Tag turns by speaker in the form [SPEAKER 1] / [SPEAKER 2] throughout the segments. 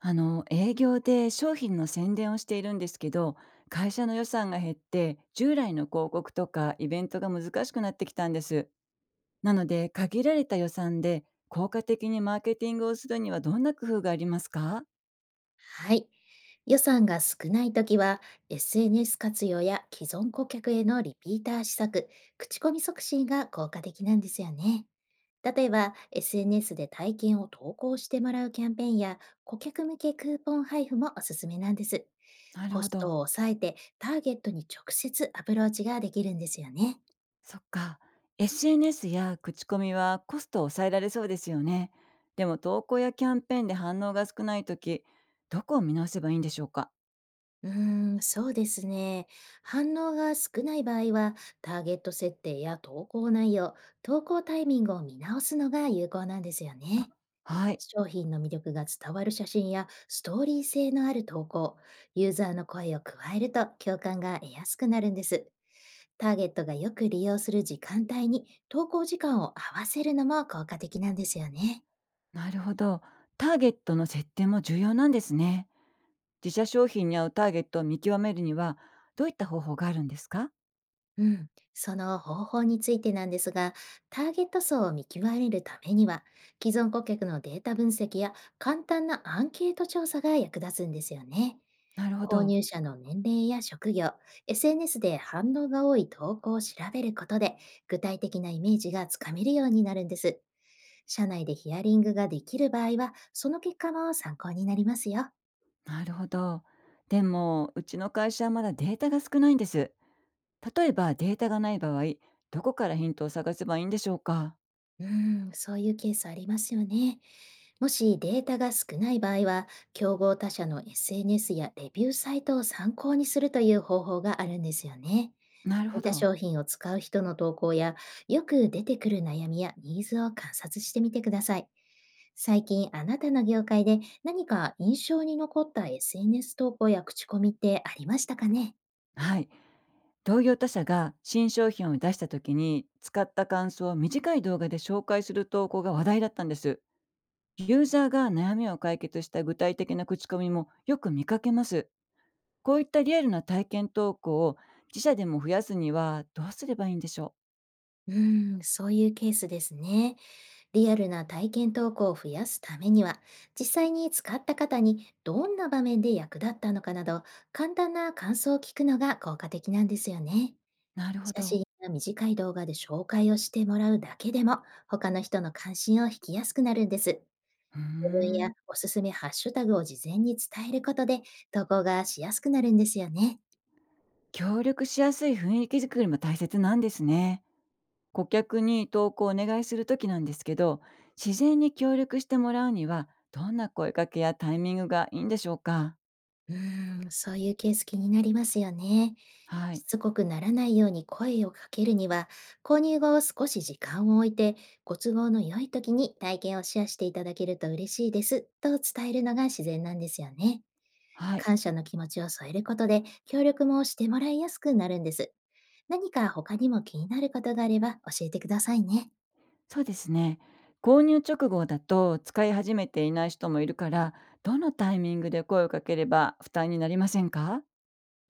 [SPEAKER 1] 営業で商品の宣伝をしているんですけど、会社の予算が減って従来の広告とかイベントが難しくなってきたんです。なので、限られた予算で効果的にマーケティングをするにはどんな工夫がありますか？
[SPEAKER 2] はい。予算が少ないときは、SNS 活用や既存顧客へのリピーター施策、口コミ促進が効果的なんですよね。例えば、SNS で体験を投稿してもらうキャンペーンや、顧客向けクーポン配布もおすすめなんです。
[SPEAKER 1] なる
[SPEAKER 2] コ
[SPEAKER 1] ほ
[SPEAKER 2] ス
[SPEAKER 1] ど。
[SPEAKER 2] トを抑えて、ターゲットに直接アプローチができるんですよね。
[SPEAKER 1] そっか。 SNS や口コミはコストを抑えられそうですよね。でも、投稿やキャンペーンで反応が少ない時、どこを見直せばいいんでしょうか？
[SPEAKER 2] うーん、そうですね。反応が少ない場合は、ターゲット設定や投稿内容、投稿タイミングを見直すのが有効なんですよね。
[SPEAKER 1] はい。
[SPEAKER 2] 商品の魅力が伝わる写真やストーリー性のある投稿、ユーザーの声を加えると共感が得やすくなるんです。ターゲットがよく利用する時間帯に投稿時間を合わせるのも効果的なんですよね。
[SPEAKER 1] なるほど。ターゲットの設定も重要なんですね。自社商品に合うターゲットを見極めるには、どういった方法があるんですか？
[SPEAKER 2] うん、その方法についてなんですが、ターゲット層を見極めるためには、既存顧客のデータ分析や簡単なアンケート調査が役立つんですよね。
[SPEAKER 1] なるほ
[SPEAKER 2] 購
[SPEAKER 1] ど。
[SPEAKER 2] 入者の年齢や職業、SNS で反応が多い投稿を調べることで、具体的なイメージがつかめるようになるんです。社内でヒアリングができる場合は、その結果も参考になりますよ。
[SPEAKER 1] なるほど。でも、うちの会社はまだデータが少ないんです。例えばデータがない場合、どこからヒントを探せばいいんでしょうか？
[SPEAKER 2] うーん、そういうケースありますよね。もしデータが少ない場合は、競合他社の SNS やレビューサイトを参考にするという方法があるんですよね。
[SPEAKER 1] なるほ
[SPEAKER 2] 似た
[SPEAKER 1] ど。
[SPEAKER 2] 商品を使う人の投稿や、よく出てくる悩みやニーズを観察してみてください。最近、あなたの業界で何か印象に残った SNS 投稿や口コミってありましたかね？
[SPEAKER 1] はい。同業他社が新商品を出した時に、使った感想を短い動画で紹介する投稿が話題だったんです。ユーザーが悩みを解決した具体的な口コミもよく見かけます。こういったリアルな体験投稿を自社でも増やすにはどうすればいいんでしょう？
[SPEAKER 2] うーん、そういうケースですね。リアルな体験投稿を増やすためには、実際に使った方にどんな場面で役立ったのかなど、簡単な感想を聞くのが効果的なんですよね。
[SPEAKER 1] なるほ
[SPEAKER 2] 写
[SPEAKER 1] ど。
[SPEAKER 2] 真や短い動画で紹介をしてもらうだけでも、他の人の関心を引きやすくなるんです。
[SPEAKER 1] うー
[SPEAKER 2] 自分や
[SPEAKER 1] ん。
[SPEAKER 2] おすすめハッシュタグを事前に伝えることで、投稿がしやすくなるんですよね。
[SPEAKER 1] 協力しやすい雰囲気づくりも大切なんですね。顧客に投稿をお願いするときなんですけど、自然に協力してもらうにはどんな声かけやタイミングがいいんでしょうか？
[SPEAKER 2] うーん、そういうケース気になりますよね。
[SPEAKER 1] は
[SPEAKER 2] し
[SPEAKER 1] い。
[SPEAKER 2] つこくならないように声をかけるには、購入後少し時間を置いて、ご都合の良い時に体験をシェアしていただけると嬉しいです、と伝えるのが自然なんですよね。
[SPEAKER 1] はい。
[SPEAKER 2] 感謝の気持ちを添えることで、協力もしてもらいやすくなるんです。何か他にも気になることがあれば教えてくださいね。
[SPEAKER 1] そうですね。購入直後だと使い始めていない人もいるから、どのタイミングで声をかければ負担になりませんか？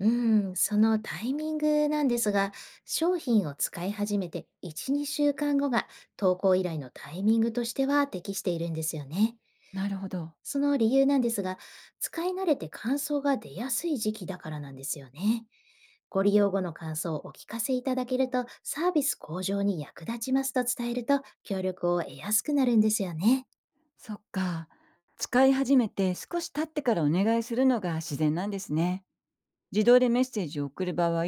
[SPEAKER 2] うん、そのタイミングなんですが、商品を使い始めて1、2週間後が投稿依頼のタイミングとしては適しているんですよね。
[SPEAKER 1] なるほど。
[SPEAKER 2] その理由なんですが、使い慣れて感想が出やすい時期だからなんですよね。ご利用後の感想をお聞かせいただけると、サービス向上に役立ちますと伝えると、協力を得やすくなるんですよね。
[SPEAKER 1] そっか。使い始めて少し経ってからお願いするのが自然なんですね。自動でメッセージを送る場合、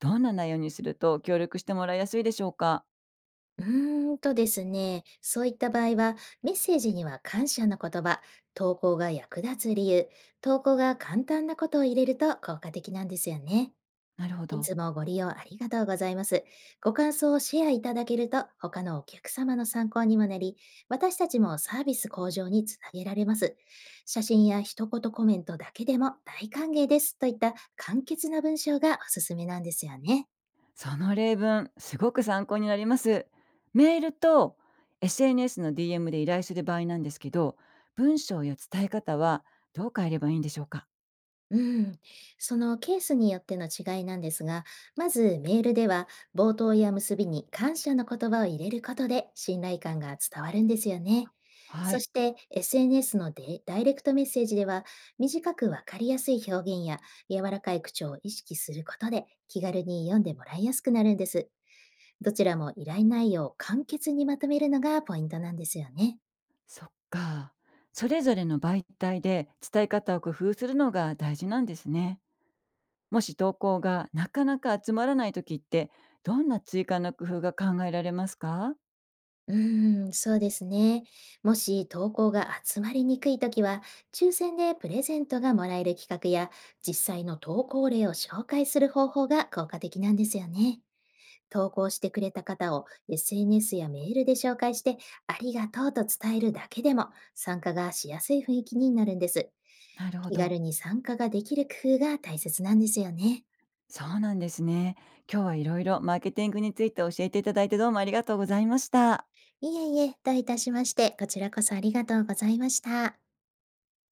[SPEAKER 1] どんな内容にすると協力してもらいやすいでしょうか？
[SPEAKER 2] ですね、そういった場合は、メッセージには感謝の言葉、投稿が役立つ理由、投稿が簡単なことを入れると効果的なんですよね。
[SPEAKER 1] なるほ
[SPEAKER 2] い
[SPEAKER 1] ど。
[SPEAKER 2] つもご利用ありがとうございます。ご感想をシェアいただけると、他のお客様の参考にもなり、私たちもサービス向上につなげられます。写真や一言コメントだけでも大歓迎ですといった簡潔な文章がおすすめなんですよね。
[SPEAKER 1] その例文、すごく参考になります。メールと SNS の DM で依頼する場合なんですけど、文章や伝え方はどう変えればいいんでしょうか？
[SPEAKER 2] うん、そのケースによっての違いなんですが、まずメールでは冒頭や結びに感謝の言葉を入れることで信頼感が伝わるんですよね。
[SPEAKER 1] は
[SPEAKER 2] そ
[SPEAKER 1] い。
[SPEAKER 2] して SNS のでダイレクトメッセージでは短くわかりやすい表現や柔らかい口調を意識することで気軽に読んでもらいやすくなるんです。どちらも依頼内容を簡潔にまとめるのがポイントなんですよね。
[SPEAKER 1] そっか。それぞれの媒体で伝え方を工夫するのが大事なんですね。もし投稿がなかなか集まらない時って、どんな追加の工夫が考えられますか？
[SPEAKER 2] うーん、そうですね。もし投稿が集まりにくいときは、抽選でプレゼントがもらえる企画や、実際の投稿例を紹介する方法が効果的なんですよね。投稿してくれた方を SNS やメールで紹介して、ありがとうと伝えるだけでも、参加がしやすい雰囲気になるんです。
[SPEAKER 1] なるほ
[SPEAKER 2] 気
[SPEAKER 1] ど。
[SPEAKER 2] 軽に参加ができる工夫が大切なんですよね。
[SPEAKER 1] そうなんですね。今日はいろいろマーケティングについて教えていただいて、どうもありがとうございました。
[SPEAKER 2] いえいえ、どういたしまして、こちらこそありがとうございました。